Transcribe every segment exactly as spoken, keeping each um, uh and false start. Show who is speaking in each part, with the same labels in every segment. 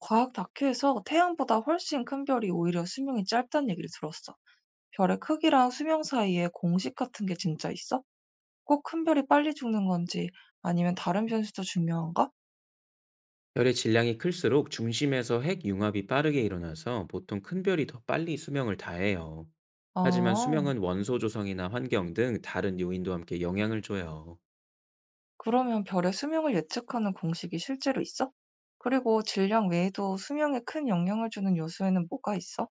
Speaker 1: 과학 다큐에서 태양보다 훨씬 큰 별이 오히려 수명이 짧다는 얘기를 들었어. 별의 크기랑 수명 사이에 공식 같은 게 진짜 있어? 꼭 큰 별이 빨리 죽는 건지 아니면 다른 변수도 중요한가?
Speaker 2: 별의 질량이 클수록 중심에서 핵 융합이 빠르게 일어나서 보통 큰 별이 더 빨리 수명을 다해요. 하지만
Speaker 1: 아,
Speaker 2: 수명은 원소 조성이나 환경 등 다른 요인도 함께 영향을 줘요.
Speaker 1: 그러면 별의 수명을 예측하는 공식이 실제로 있어? 그리고 질량 외에도 수명에 큰 영향을 주는 요소에는 뭐가 있어?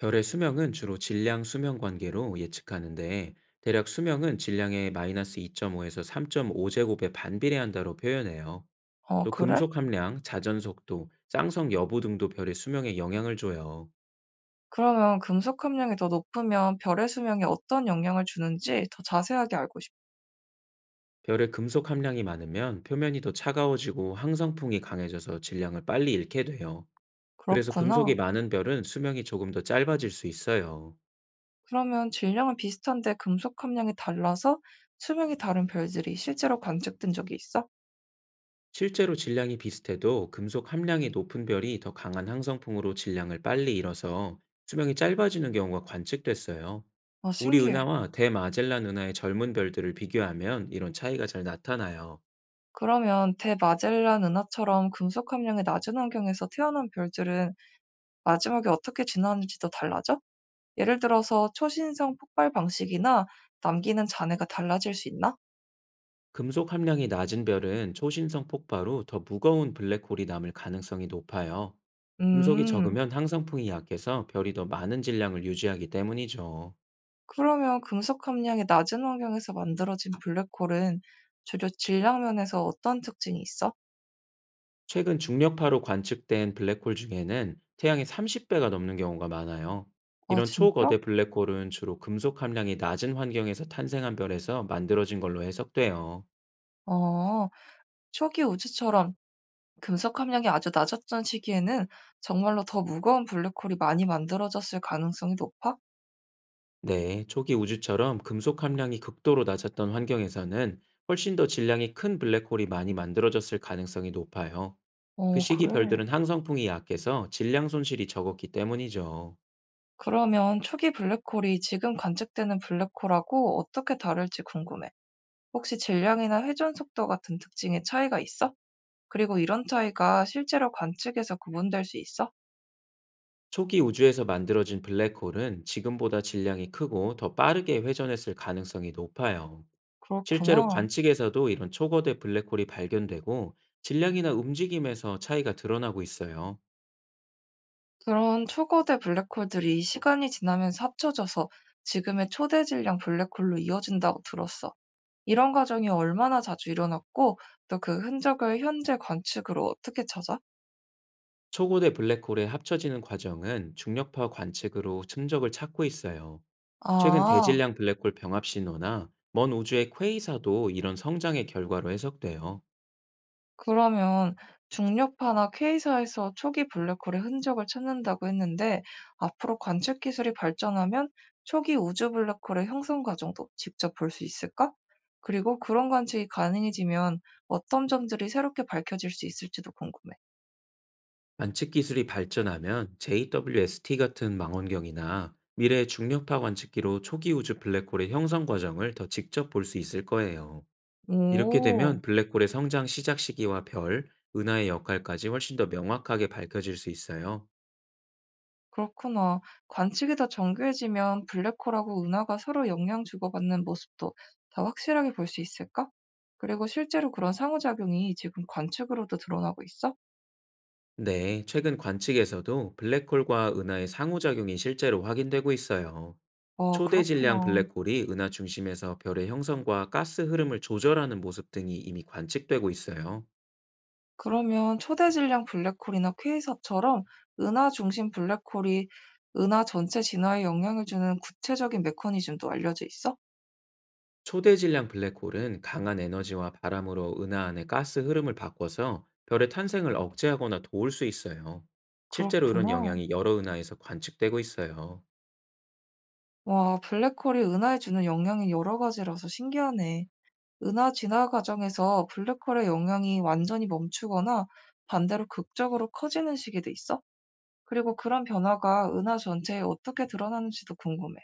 Speaker 2: 별의 수명은 주로 질량 수명 관계로 예측하는데 대략 수명은 질량의 마이너스 이 점 오에서 삼 점 오 제곱에 반비례한다로 표현해요.
Speaker 1: 어,
Speaker 2: 또
Speaker 1: 그래?
Speaker 2: 금속 함량, 자전 속도, 쌍성 여부 등도 별의 수명에 영향을 줘요.
Speaker 1: 그러면 금속 함량이 더 높으면 별의 수명에 어떤 영향을 주는지 더 자세하게 알고 싶어.
Speaker 2: 별의 금속 함량이 많으면 표면이 더 차가워지고 항성풍이 강해져서 질량을 빨리 잃게 돼요. 그래서 금속이
Speaker 1: 그렇구나.
Speaker 2: 많은 별은 수명이 조금 더 짧아질 수 있어요.
Speaker 1: 그러면 질량은 비슷한데 금속 함량이 달라서 수명이 다른 별들이 실제로 관측된 적이 있어?
Speaker 2: 실제로 질량이 비슷해도 금속 함량이 높은 별이 더 강한 항성풍으로 질량을 빨리 잃어서 수명이 짧아지는 경우가 관측됐어요.
Speaker 1: 아,
Speaker 2: 우리
Speaker 1: 신기해.
Speaker 2: 은하와 대마젤란 은하의 젊은 별들을 비교하면 이런 차이가 잘 나타나요.
Speaker 1: 그러면 대마젤란 은하처럼 금속 함량이 낮은 환경에서 태어난 별들은 마지막에 어떻게 진화하는지도 달라져? 예를 들어서 초신성 폭발 방식이나 남기는 잔해가 달라질 수 있나?
Speaker 2: 금속 함량이 낮은 별은 초신성 폭발 후 더 무거운 블랙홀이 남을 가능성이 높아요. 금속이
Speaker 1: 음,
Speaker 2: 적으면 항상풍이 약해서 별이 더 많은 질량을 유지하기 때문이죠.
Speaker 1: 그러면 금속 함량이 낮은 환경에서 만들어진 블랙홀은 주로 질량 면에서 어떤 특징이 있어?
Speaker 2: 최근 중력파로 관측된 블랙홀 중에는 태양의 삼십 배가 넘는 경우가 많아요.
Speaker 1: 아,
Speaker 2: 이런
Speaker 1: 진짜?
Speaker 2: 초거대 블랙홀은 주로 금속 함량이 낮은 환경에서 탄생한 별에서 만들어진 걸로 해석돼요.
Speaker 1: 어, 초기 우주처럼 금속 함량이 아주 낮았던 시기에는 정말로 더 무거운 블랙홀이 많이 만들어졌을 가능성이 높아?
Speaker 2: 네, 초기 우주처럼 금속 함량이 극도로 낮았던 환경에서는 훨씬 더 질량이 큰 블랙홀이 많이 만들어졌을 가능성이 높아요. 그
Speaker 1: 어,
Speaker 2: 시기
Speaker 1: 그래.
Speaker 2: 별들은 항성풍이 약해서 질량 손실이 적었기 때문이죠.
Speaker 1: 그러면 초기 블랙홀이 지금 관측되는 블랙홀하고 어떻게 다를지 궁금해. 혹시 질량이나 회전 속도 같은 특징에 차이가 있어? 그리고 이런 차이가 실제로 관측에서 구분될 수 있어?
Speaker 2: 초기 우주에서 만들어진 블랙홀은 지금보다 질량이 크고 더 빠르게 회전했을 가능성이 높아요. 실제로
Speaker 1: 그렇구나.
Speaker 2: 관측에서도 이런 초거대 블랙홀이 발견되고 질량이나 움직임에서 차이가 드러나고 있어요.
Speaker 1: 그런 초거대 블랙홀들이 시간이 지나면서 합쳐져서 지금의 초대 질량 블랙홀로 이어진다고 들었어. 이런 과정이 얼마나 자주 일어났고 또 그 흔적을 현재 관측으로 어떻게 찾아?
Speaker 2: 초고대 블랙홀에 합쳐지는 과정은 중력파 관측으로 흔적을 찾고 있어요. 최근
Speaker 1: 아,
Speaker 2: 대질량 블랙홀 병합 신호나 먼 우주의 퀘이사도 이런 성장의 결과로 해석돼요.
Speaker 1: 그러면 중력파나 K사에서 초기 블랙홀의 흔적을 찾는다고 했는데 앞으로 관측 기술이 발전하면 초기 우주 블랙홀의 형성 과정도 직접 볼 수 있을까? 그리고 그런 관측이 가능해지면 어떤 점들이 새롭게 밝혀질 수 있을지도 궁금해.
Speaker 2: 관측 기술이 발전하면 제이더블유에스티 같은 망원경이나 미래의 중력파 관측기로 초기 우주 블랙홀의 형성 과정을 더 직접 볼 수 있을 거예요. 이렇게
Speaker 1: 오.
Speaker 2: 되면 블랙홀의 성장 시작 시기와 별, 은하의 역할까지 훨씬 더 명확하게 밝혀질 수 있어요.
Speaker 1: 그렇구나. 관측이 더 정교해지면 블랙홀하고 은하가 서로 영향 주고받는 모습도 더 확실하게 볼 수 있을까? 그리고 실제로 그런 상호작용이 지금 관측으로도 드러나고 있어?
Speaker 2: 네, 최근 관측에서도 블랙홀과 은하의 상호작용이 실제로 확인되고 있어요.
Speaker 1: 어,
Speaker 2: 초대 질량
Speaker 1: 그렇구나.
Speaker 2: 블랙홀이 은하 중심에서 별의 형성과 가스 흐름을 조절하는 모습 등이 이미 관측되고 있어요.
Speaker 1: 그러면 초대 질량 블랙홀이나 퀘이사처럼 은하 중심 블랙홀이 은하 전체 진화에 영향을 주는 구체적인 메커니즘도 알려져 있어?
Speaker 2: 초대 질량 블랙홀은 강한 에너지와 바람으로 은하 안의 가스 흐름을 바꿔서 별의 탄생을 억제하거나 도울 수 있어요. 실제로 이런
Speaker 1: 그렇구나.
Speaker 2: 영향이 여러 은하에서 관측되고 있어요.
Speaker 1: 와, 블랙홀이 은하에 주는 영향이 여러 가지라서 신기하네. 은하 진화 과정에서 블랙홀의 영향이 완전히 멈추거나 반대로 극적으로 커지는 시기도 있어? 그리고 그런 변화가 은하 전체에 어떻게 드러나는지도 궁금해.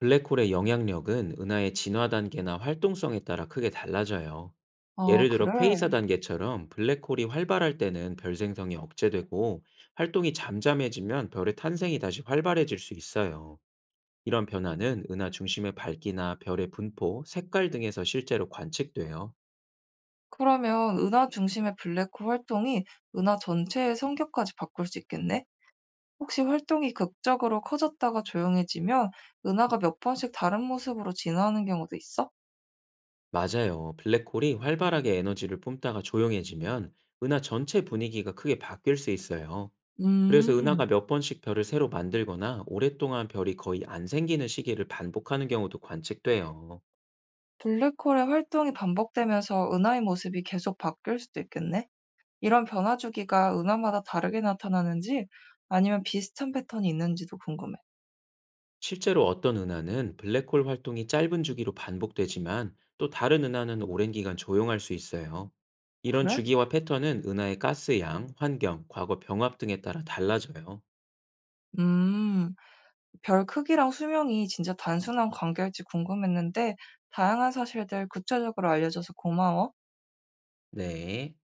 Speaker 2: 블랙홀의 영향력은 은하의 진화 단계나 활동성에 따라 크게 달라져요.
Speaker 1: 아,
Speaker 2: 예를 들어
Speaker 1: 그래?
Speaker 2: 퀘이사 단계처럼 블랙홀이 활발할 때는 별 생성이 억제되고 활동이 잠잠해지면 별의 탄생이 다시 활발해질 수 있어요. 이런 변화는 은하 중심의 밝기나 별의 분포, 색깔 등에서 실제로 관측돼요.
Speaker 1: 그러면 은하 중심의 블랙홀 활동이 은하 전체의 성격까지 바꿀 수 있겠네? 혹시 활동이 극적으로 커졌다가 조용해지면 은하가 몇 번씩 다른 모습으로 진화하는 경우도 있어?
Speaker 2: 맞아요. 블랙홀이 활발하게 에너지를 뿜다가 조용해지면 은하 전체 분위기가 크게 바뀔 수 있어요. 그래서
Speaker 1: 음,
Speaker 2: 은하가 몇 번씩 별을 새로 만들거나 오랫동안 별이 거의 안 생기는 시기를 반복하는 경우도 관측돼요.
Speaker 1: 블랙홀의 활동이 반복되면서 은하의 모습이 계속 바뀔 수도 있겠네? 이런 변화 주기가 은화마다 다르게 나타나는지 아니면 비슷한 패턴이 있는지도 궁금해.
Speaker 2: 실제로 어떤 은하는 블랙홀 활동이 짧은 주기로 반복되지만 또 다른 은하는 오랜 기간 조용할 수 있어요. 이런
Speaker 1: 그래?
Speaker 2: 주기와 패턴은 은하의 가스 양, 환경, 과거 병합 등에 따라 달라져요.
Speaker 1: 음. 별 크기랑 수명이 진짜 단순한 관계일지 궁금했는데 다양한 사실들 구체적으로 알려줘서 고마워.
Speaker 2: 네.